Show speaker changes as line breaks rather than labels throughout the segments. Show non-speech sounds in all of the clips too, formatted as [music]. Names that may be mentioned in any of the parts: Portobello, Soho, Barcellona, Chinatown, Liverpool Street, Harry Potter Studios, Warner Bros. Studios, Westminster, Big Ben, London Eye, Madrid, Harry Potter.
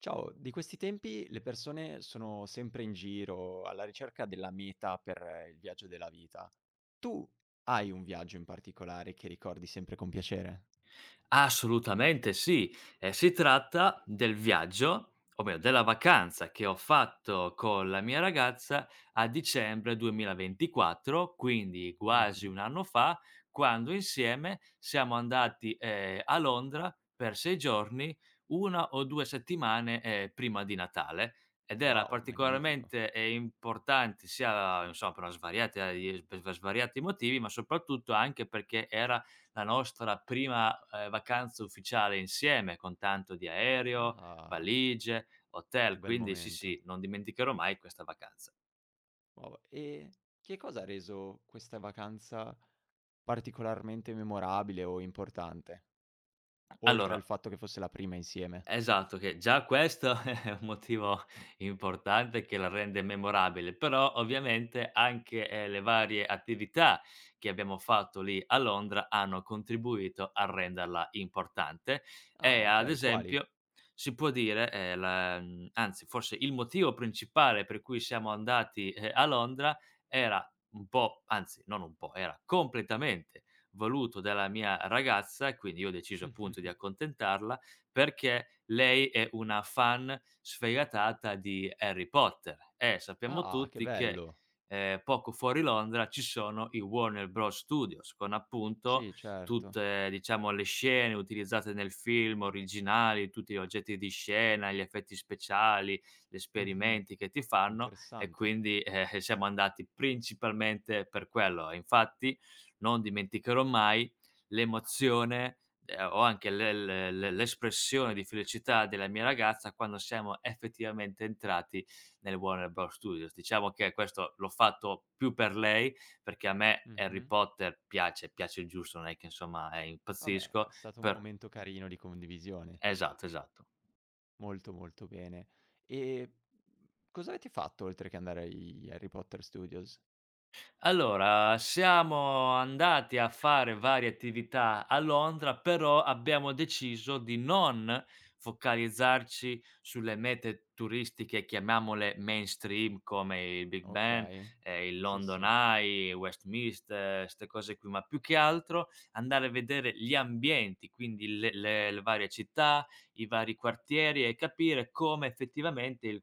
Ciao, di questi tempi le persone sono sempre in giro alla ricerca della meta per il viaggio della vita. Tu hai un viaggio in particolare che ricordi sempre con piacere?
Assolutamente sì. Si tratta del viaggio, o meglio della vacanza che ho fatto con la mia ragazza a dicembre 2024, quindi quasi
Mh-mh.
1 anno fa, quando insieme siamo andati, a Londra per 6 giorni, 1 o 2 settimane, prima di Natale, ed era
Wow, magnifico.
particolarmente, importante sia, non so, per una svariata di per svariati motivi, ma soprattutto anche perché era la nostra prima, vacanza ufficiale insieme, con tanto di aereo,
Ah,
valigie,
che
hotel,
bel
quindi sì,
momento.
sì, non dimenticherò mai questa vacanza.
Wow, e che cosa ha reso questa vacanza particolarmente memorabile o importante? Oltre al
Allora.
fatto che fosse la prima insieme.
Esatto, che già questo [laughs] è un motivo importante che la rende memorabile, però ovviamente anche, le varie attività che abbiamo fatto lì a Londra hanno contribuito a renderla importante
Ah,
e ad
okay, quali?
esempio si può dire, anzi forse il motivo principale per cui siamo andati, a Londra era un po' anzi non un po', era completamente voluto dalla mia ragazza, quindi io ho deciso appunto di
[laughs]
accontentarla perché lei è una fan sfegatata di Harry Potter e sappiamo
Ah, che
tutti che,
bello.
poco fuori Londra ci sono i Warner Bros Studios con appunto
Sì, certo.
tutte, diciamo, le scene utilizzate nel film originali, tutti gli oggetti di scena, gli effetti speciali, gli
Mh-mh.
esperimenti che ti fanno e
Interessante.
quindi, [laughs] siamo andati principalmente per quello. E infatti non dimenticherò mai l'emozione, ho anche le l'espressione di felicità della mia ragazza quando siamo effettivamente entrati nel Warner Bros. Studios. Diciamo che questo l'ho fatto più per lei, perché a me Harry
Mh-mh.
Potter piace, piace il giusto, non è che insomma,
Vabbè,
impazzisco
è stato un
per.
momento carino di condivisione.
Esatto, esatto.
Molto, molto bene. E cosa avete fatto oltre che andare agli Harry Potter Studios?
Allora, siamo andati a fare varie attività a Londra, però abbiamo deciso di non focalizzarci sulle mete turistiche, chiamiamole mainstream, come il Big Ben,
Okay.
il
Sì,
London
sì.
Eye, Westminster, queste cose qui, ma più che altro andare a vedere gli ambienti, quindi le varie città, i vari quartieri e capire come effettivamente il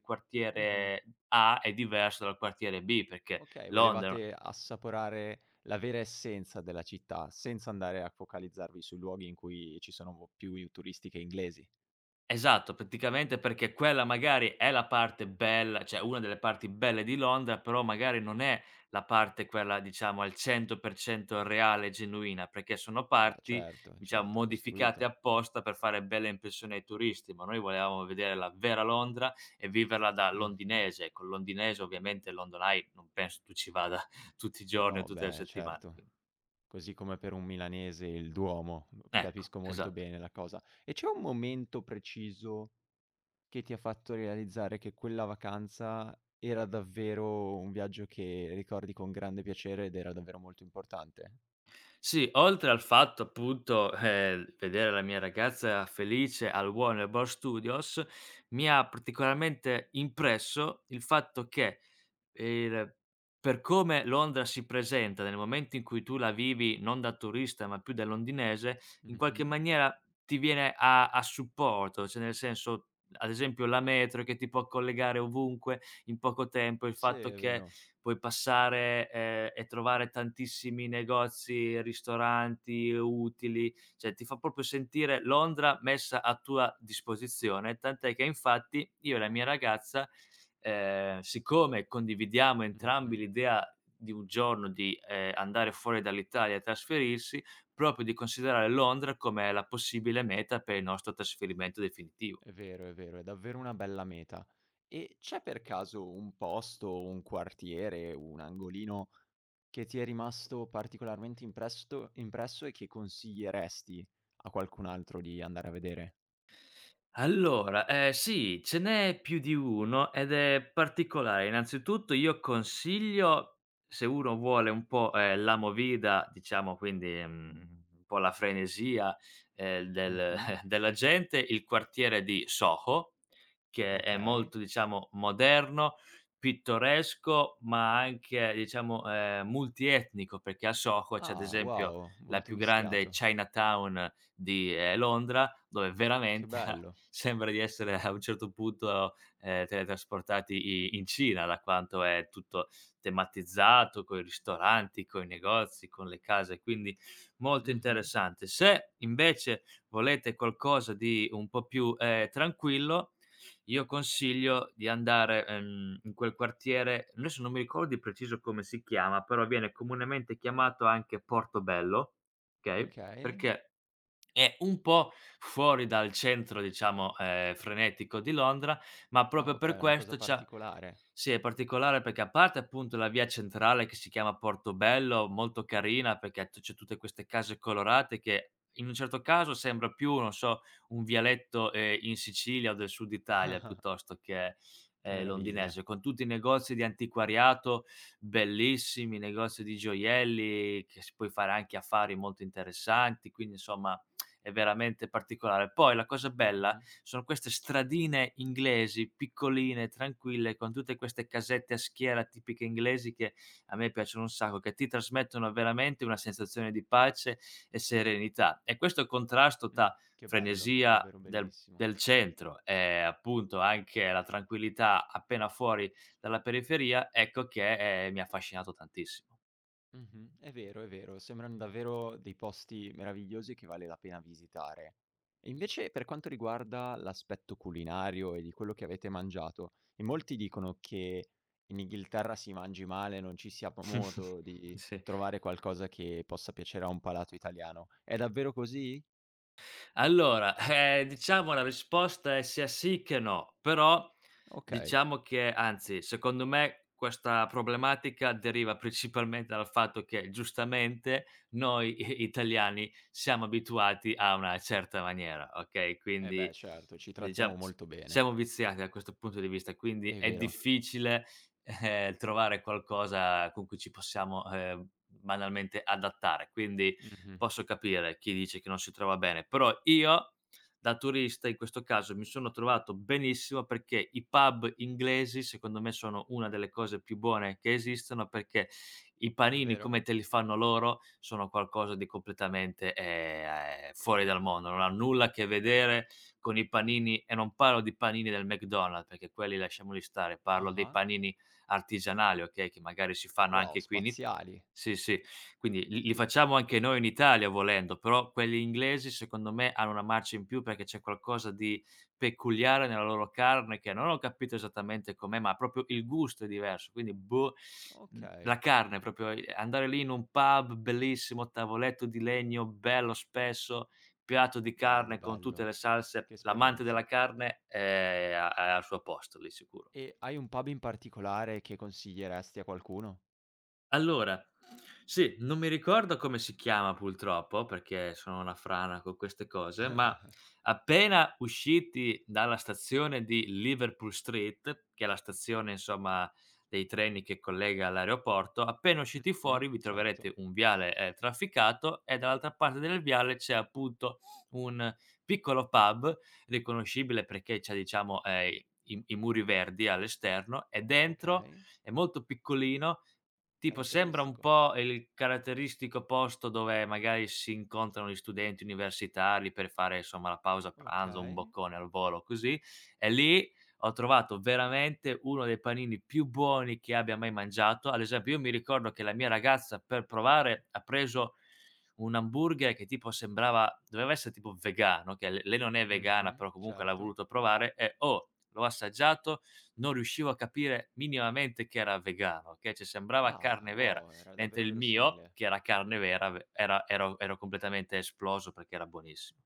Mh-mh.
quartiere A è diverso dal quartiere B, perché
Okay,
Londra.
volevate assaporare la vera essenza della città, senza andare a focalizzarvi sui luoghi in cui ci sono mo più i turisti che inglesi.
Esatto, praticamente perché quella magari è la parte bella cioè una delle parti belle di Londra, però magari non è la parte quella diciamo al 100% reale e genuina, perché sono
Beh
parti,
certo,
diciamo,
certo, è costruito.
modificate apposta per fare bella impressione ai turisti, ma noi volevamo vedere la vera Londra e viverla da
Mh-mh.
londinese. Ecco, il londinese ovviamente, il London Eye, non penso tu ci vada [laughs] tutti i giorni o
No,
tutte le
beh
settimane,
certo.
quindi
Così come per un milanese il Duomo, mhmm,
ecco,
capisco molto
esatto.
bene la cosa. E c'è un momento preciso che ti ha fatto realizzare che quella vacanza era davvero un viaggio che ricordi con grande piacere ed era davvero molto importante?
Sì, oltre al fatto appunto, vedere la mia ragazza felice al Warner Bros. Studios, mi ha particolarmente impresso il fatto che il per come Londra si presenta nel momento in cui tu la vivi non da turista, ma più da londinese, in qualche
Mh-mh.
maniera ti viene a supporto, cioè nel senso, ad esempio la metro che ti può collegare ovunque in poco tempo, il
Sì,
fatto
è
che
vero.
puoi passare, e trovare tantissimi negozi, ristoranti utili, cioè ti fa proprio sentire Londra messa a tua disposizione, tant'è che infatti io e la mia ragazza, siccome condividiamo entrambi
Mh-mh.
l'idea di un giorno di, andare fuori dall'Italia e trasferirsi, proprio di considerare Londra come la possibile meta per il nostro trasferimento definitivo.
È vero, è vero, è davvero una bella meta. E c'è per caso un posto, un quartiere, un angolino che ti è rimasto particolarmente impresto impresso e che consiglieresti a qualcun altro di andare a vedere.
Allora, sì, ce n'è più di uno ed è particolare. Innanzitutto io consiglio, se uno vuole un po', la movida, diciamo quindi, un po' la frenesia, del
Mh-mh.
[laughs] della gente, il quartiere di Soho, che è
Okay.
molto diciamo moderno, pittoresco, ma anche diciamo, multietnico, perché a Soho c'è ad
Ah,
esempio
wow,
la
molto
più grande
mischiato.
Chinatown di, Londra, dove
Che
veramente [laughs]
bello.
sembra di essere a un certo punto, teletrasportati i in Cina, da quanto è tutto tematizzato, coi ristoranti, coi negozi, con le case, quindi molto
Mh-mh.
interessante. Se invece volete qualcosa di un po' più, tranquillo, io consiglio di andare, in quel quartiere adesso non mi ricordo di preciso come si chiama, però viene comunemente chiamato anche Portobello, okay,
Okay.
perché è un po' fuori dal centro, diciamo, frenetico di Londra, ma
Ah,
proprio per
okay, una cosa
questo c'ha.
particolare.
Sì, è particolare perché a parte appunto la via centrale che si chiama Portobello, molto carina perché t c'è tutte queste case colorate che in un certo caso sembra più, non so, un vialetto, in Sicilia o del sud Italia
[laughs]
piuttosto che,
Che meraviglia.
londinese, con tutti i negozi di antiquariato bellissimi, negozi di gioielli che si puoi fare anche affari molto interessanti, quindi insomma è veramente particolare. Poi la cosa bella
Mh-mh.
sono queste stradine inglesi, piccoline, tranquille, con tutte queste casette a schiera tipiche inglesi che a me piacciono un sacco, che ti trasmettono veramente una sensazione di pace e serenità. E questo contrasto
Mh,
tra
che bello,
frenesia
davvero bellissimo.
del centro e appunto anche la tranquillità appena fuori dalla periferia, ecco che, mi ha affascinato tantissimo.
Mh-mh. È vero, sembrano davvero dei posti meravigliosi che vale la pena visitare. E invece per quanto riguarda l'aspetto culinario e di quello che avete mangiato, in molti dicono che in Inghilterra si mangi male, non ci sia p
[laughs]
modo di
Sì.
trovare qualcosa che possa piacere a un palato italiano. È davvero così?
Allora, diciamo la risposta è sia sì che no, però
Okay.
diciamo che anzi, secondo me questa problematica deriva principalmente dal fatto che giustamente noi italiani siamo abituati a una certa maniera, ok?
Eh beh,
Quindi
certo, ci trattiamo
diciamo,
molto bene.
siamo viziati da questo punto di vista, quindi
È
è
vero.
difficile trovare qualcosa con cui ci possiamo banalmente adattare. Quindi
Mh-mh.
posso capire chi dice che non si trova bene, però io da turista in questo caso mi sono trovato benissimo perché i pub inglesi secondo me sono una delle cose più buone che esistono perché i panini come
Davvero?
te li fanno loro sono qualcosa di completamente, fuori dal mondo, non ha nulla a che vedere con i panini e non parlo di panini del McDonald's perché quelli lasciamoli stare, parlo dei
Ah-ah.
panini artigianali, okay, che magari si fanno
Wow,
anche qui in I.
spaziali.
Sì, sì. Quindi li facciamo anche noi in Italia volendo, però quelli inglesi secondo me hanno una marcia in più perché c'è qualcosa di peculiare nella loro carne che non ho capito esattamente com'è, ma proprio il gusto è diverso. Quindi boh,
Okay.
la carne proprio, andare lì in un pub bellissimo, tavoletto di legno bello spesso, piatto di
Bello,
carne con tutte
bello.
le
Che
salse. L'amante della
esperienza.
carne è al suo posto lì sicuro.
E hai un pub in particolare che consiglieresti a qualcuno?
Allora, sì, non mi ricordo come si chiama purtroppo, perché sono una frana con queste cose, ma
[laughs]
appena usciti dalla stazione di Liverpool Street, che è la stazione insomma dei treni che collega l'aeroporto, appena usciti fuori
Mh-mh,
vi
certo.
troverete un viale trafficato e dall'altra parte del viale c'è appunto un piccolo pub riconoscibile perché c'è diciamo i muri verdi all'esterno e dentro
Okay,
è molto piccolino. Tipo sembra un
caratteristico.
po' il caratteristico posto dove magari si incontrano gli studenti universitari per fare insomma la pausa pranzo, un
Okay.
boccone al volo così, e lì ho trovato veramente uno dei panini più buoni che abbia mai mangiato. Ad esempio io mi ricordo che la mia ragazza per provare ha preso un hamburger che tipo sembrava doveva essere tipo vegano, che l lei non è vegana,
Mh-mh,
però comunque l'ha
certo.
voluto provare e, oh, l'ho assaggiato non riuscivo a capire minimamente che era vegano, okay, cioè sembrava
Ah,
carne vera,
wow, era
mentre
davvero
il mio,
verosimile.
che era carne vera, ve era ero ero completamente esploso perché era buonissimo.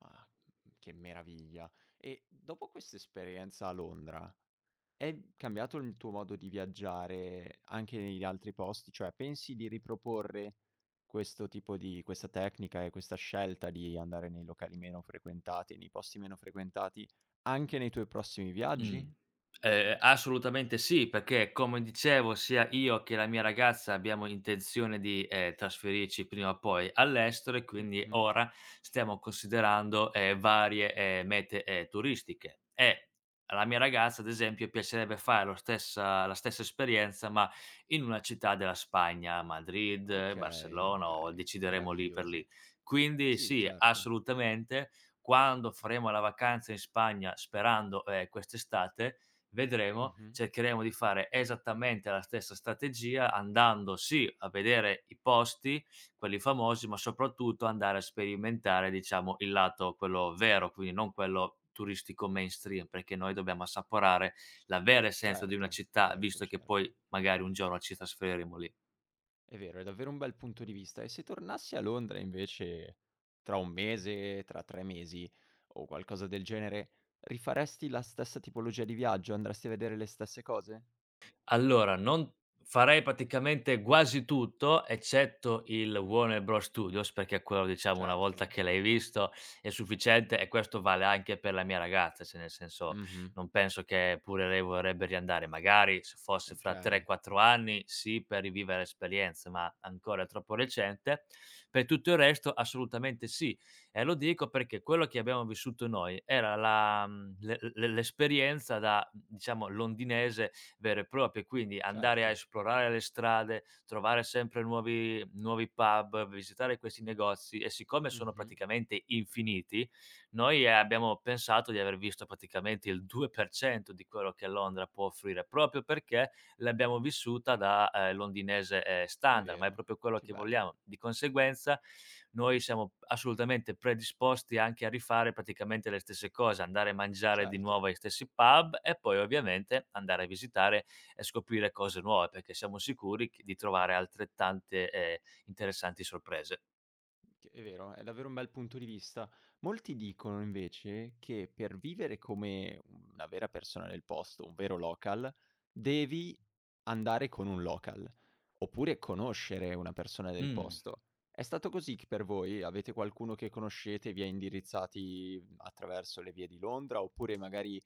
Ma che meraviglia. E dopo questa esperienza a Londra, è cambiato il tuo modo di viaggiare anche negli altri posti? Cioè pensi di riproporre questo tipo di questa tecnica e questa scelta di andare nei locali meno frequentati, nei posti meno frequentati, anche nei tuoi prossimi
Mh.
viaggi?
Assolutamente sì, perché come dicevo sia io che la mia ragazza abbiamo intenzione di, trasferirci prima o poi all'estero e quindi
Mh-mh.
ora stiamo considerando, varie, mete, turistiche. E alla mia ragazza, ad esempio, piacerebbe fare lo stessa la stessa esperienza, ma in una città della Spagna, Madrid,
Okay,
Barcellona o
okay,
decideremo lì per lì.
meravigliose.
Quindi
Sì,
sì,
certo.
assolutamente, quando faremo la vacanza in Spagna, sperando, quest'estate, vedremo,
Mh-mh.
cercheremo di fare esattamente la stessa strategia, andando sì a vedere i posti, quelli famosi, ma soprattutto andare a sperimentare, diciamo, il lato quello vero, quindi non quello turistico mainstream, perché noi dobbiamo assaporare la vera essenza di una
Certo,
città,
certo,
visto che
certo.
poi magari un giorno ci trasferiremo lì.
È vero, è davvero un bel punto di vista. E se tornassi a Londra invece tra un mese, tra 3 mesi o qualcosa del genere, rifaresti la stessa tipologia di viaggio? Andresti a vedere le stesse cose?
Allora, non farei praticamente quasi tutto, eccetto il Warner Bros. Studios, perché quello diciamo una volta
Certo,
che l'hai
certo.
visto è sufficiente e questo vale anche per la mia ragazza, cioè nel senso
Mh-mh.
non penso che pure lei vorrebbe riandare, magari se fosse fra
Okay,
3-4 anni sì per rivivere l'esperienza, ma ancora è troppo recente. Per tutto il resto assolutamente sì e lo dico perché quello che abbiamo vissuto noi era la, mhmm, l'e l'e l'esperienza da diciamo londinese vere e proprie, quindi andare a
certo.
esplorare le strade, trovare sempre nuovi pub, visitare questi negozi e siccome sono
Mh-mh.
praticamente infiniti, noi abbiamo pensato di aver visto praticamente il 2% di quello che Londra può offrire, proprio perché l'abbiamo vissuta da, londinese,
È
standard, ma è
vero,
proprio quello
che
che
bello.
vogliamo. Di conseguenza noi siamo assolutamente predisposti anche a rifare praticamente le stesse cose, andare a mangiare di
Certo.
nuovo agli stessi pub e poi ovviamente andare a visitare e scoprire cose nuove, perché siamo sicuri che di trovare altrettante, interessanti sorprese.
Che è vero, è davvero un bel punto di vista. Molti dicono invece che per vivere come una vera persona del posto, un vero local, devi andare con un local, oppure conoscere una persona del
Mh.
posto. È stato così c per voi? Avete qualcuno che conoscete e vi ha indirizzati attraverso le vie di Londra, oppure magari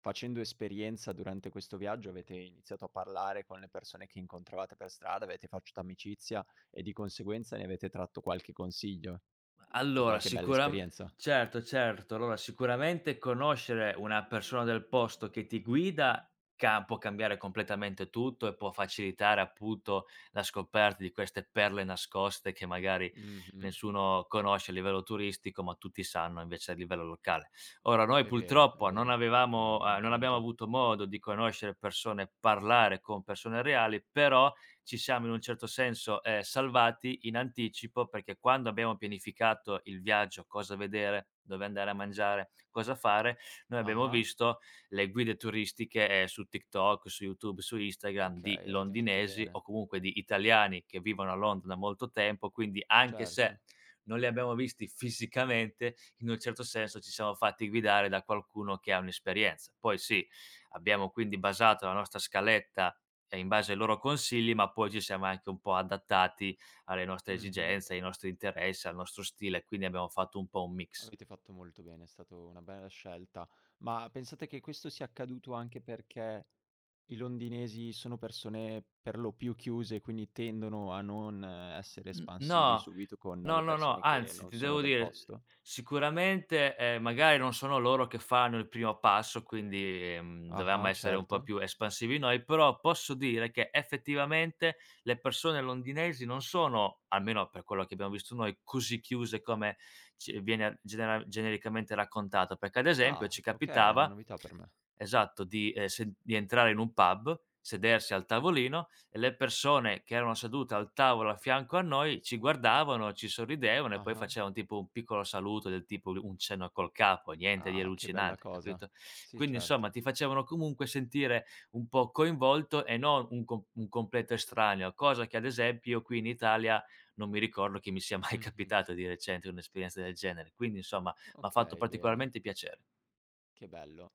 facendo esperienza durante questo viaggio avete iniziato a parlare con le persone che incontravate per strada, avete fatto amicizia e di conseguenza ne avete tratto qualche consiglio? O
Allora
qualche bella
sicuramen.
esperienza.
Certo, certo. Allora sicuramente conoscere una persona del posto che ti guida ca può cambiare completamente tutto e può facilitare appunto la scoperta di queste perle nascoste che magari
Mh-mh.
nessuno conosce a livello turistico, ma tutti sanno invece a livello locale. Ora noi
È vero, è
purtroppo non
vero, è un
avevamo,
gran
non abbiamo
punto.
avuto modo di conoscere persone, parlare con persone reali, però ci siamo in un certo senso, salvati in anticipo, perché quando abbiamo pianificato il viaggio, cosa vedere, dove andare a mangiare, cosa fare, noi abbiamo
Ah-ah,
visto le guide turistiche, su TikTok, su YouTube, su Instagram di
okay, avete fatto
londinesi
bene.
o comunque di italiani che vivono a Londra da molto tempo, quindi anche
Certo.
se non li abbiamo visti fisicamente, in un certo senso ci siamo fatti guidare da qualcuno che ha un'esperienza. Poi sì, abbiamo quindi basato la nostra scaletta, in base ai loro consigli, ma poi ci siamo anche un po' adattati alle nostre
Mh-mh.
esigenze, ai nostri interessi, al nostro stile, quindi abbiamo fatto un po' un mix.
Avete fatto molto bene, è stato una bella scelta. Ma pensate che questo sia accaduto anche perché i londinesi sono persone per lo più chiuse, quindi tendono a non essere
N
espansivi
no,
subito con
no,
le
no, no,
persone che
anzi
non
ti
sono
devo
del
dire,
posto?
sicuramente, magari non sono loro che fanno il primo passo, quindi, dovevamo
Ah-ah,
essere un po'
certo.
più espansivi noi, però posso dire che effettivamente le persone londinesi non sono, almeno per quello che abbiamo visto noi, così chiuse come ci viene genera genericamente raccontato, perché ad
Ah,
esempio ci
okay, è una
capitava
novità per me.
esatto, di entrare in un pub, sedersi al tavolino le persone che erano sedute al tavolo a fianco a noi ci guardavano, ci sorridevano e poi
Ah-ah.
facevano tipo un piccolo saluto del tipo un cenno col capo, niente di
Ah, che bella
allucinante,
cosa.
capito?
Sì,
Quindi insomma
certo.
ti facevano comunque sentire un po' coinvolto e non un completo estraneo, cosa che ad esempio qui in Italia non mi ricordo che mi sia mai [laughs]
Mh-mh.
capitato di recente un'esperienza del genere. Quindi insomma m'ha fatto
Okay, bene,
particolarmente piacere.
che bello.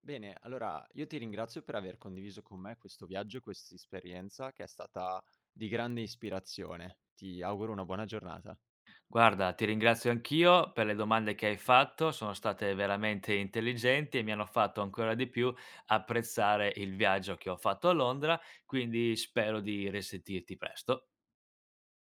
Bene, allora io ti ringrazio per aver condiviso con me questo viaggio e quest'esperienza che è stata di grande ispirazione. Ti auguro una buona giornata.
Guarda, ti ringrazio anch'io per le domande che hai fatto, sono state veramente intelligenti e mi hanno fatto ancora di più apprezzare il viaggio che ho fatto a Londra, quindi spero di risentirti presto.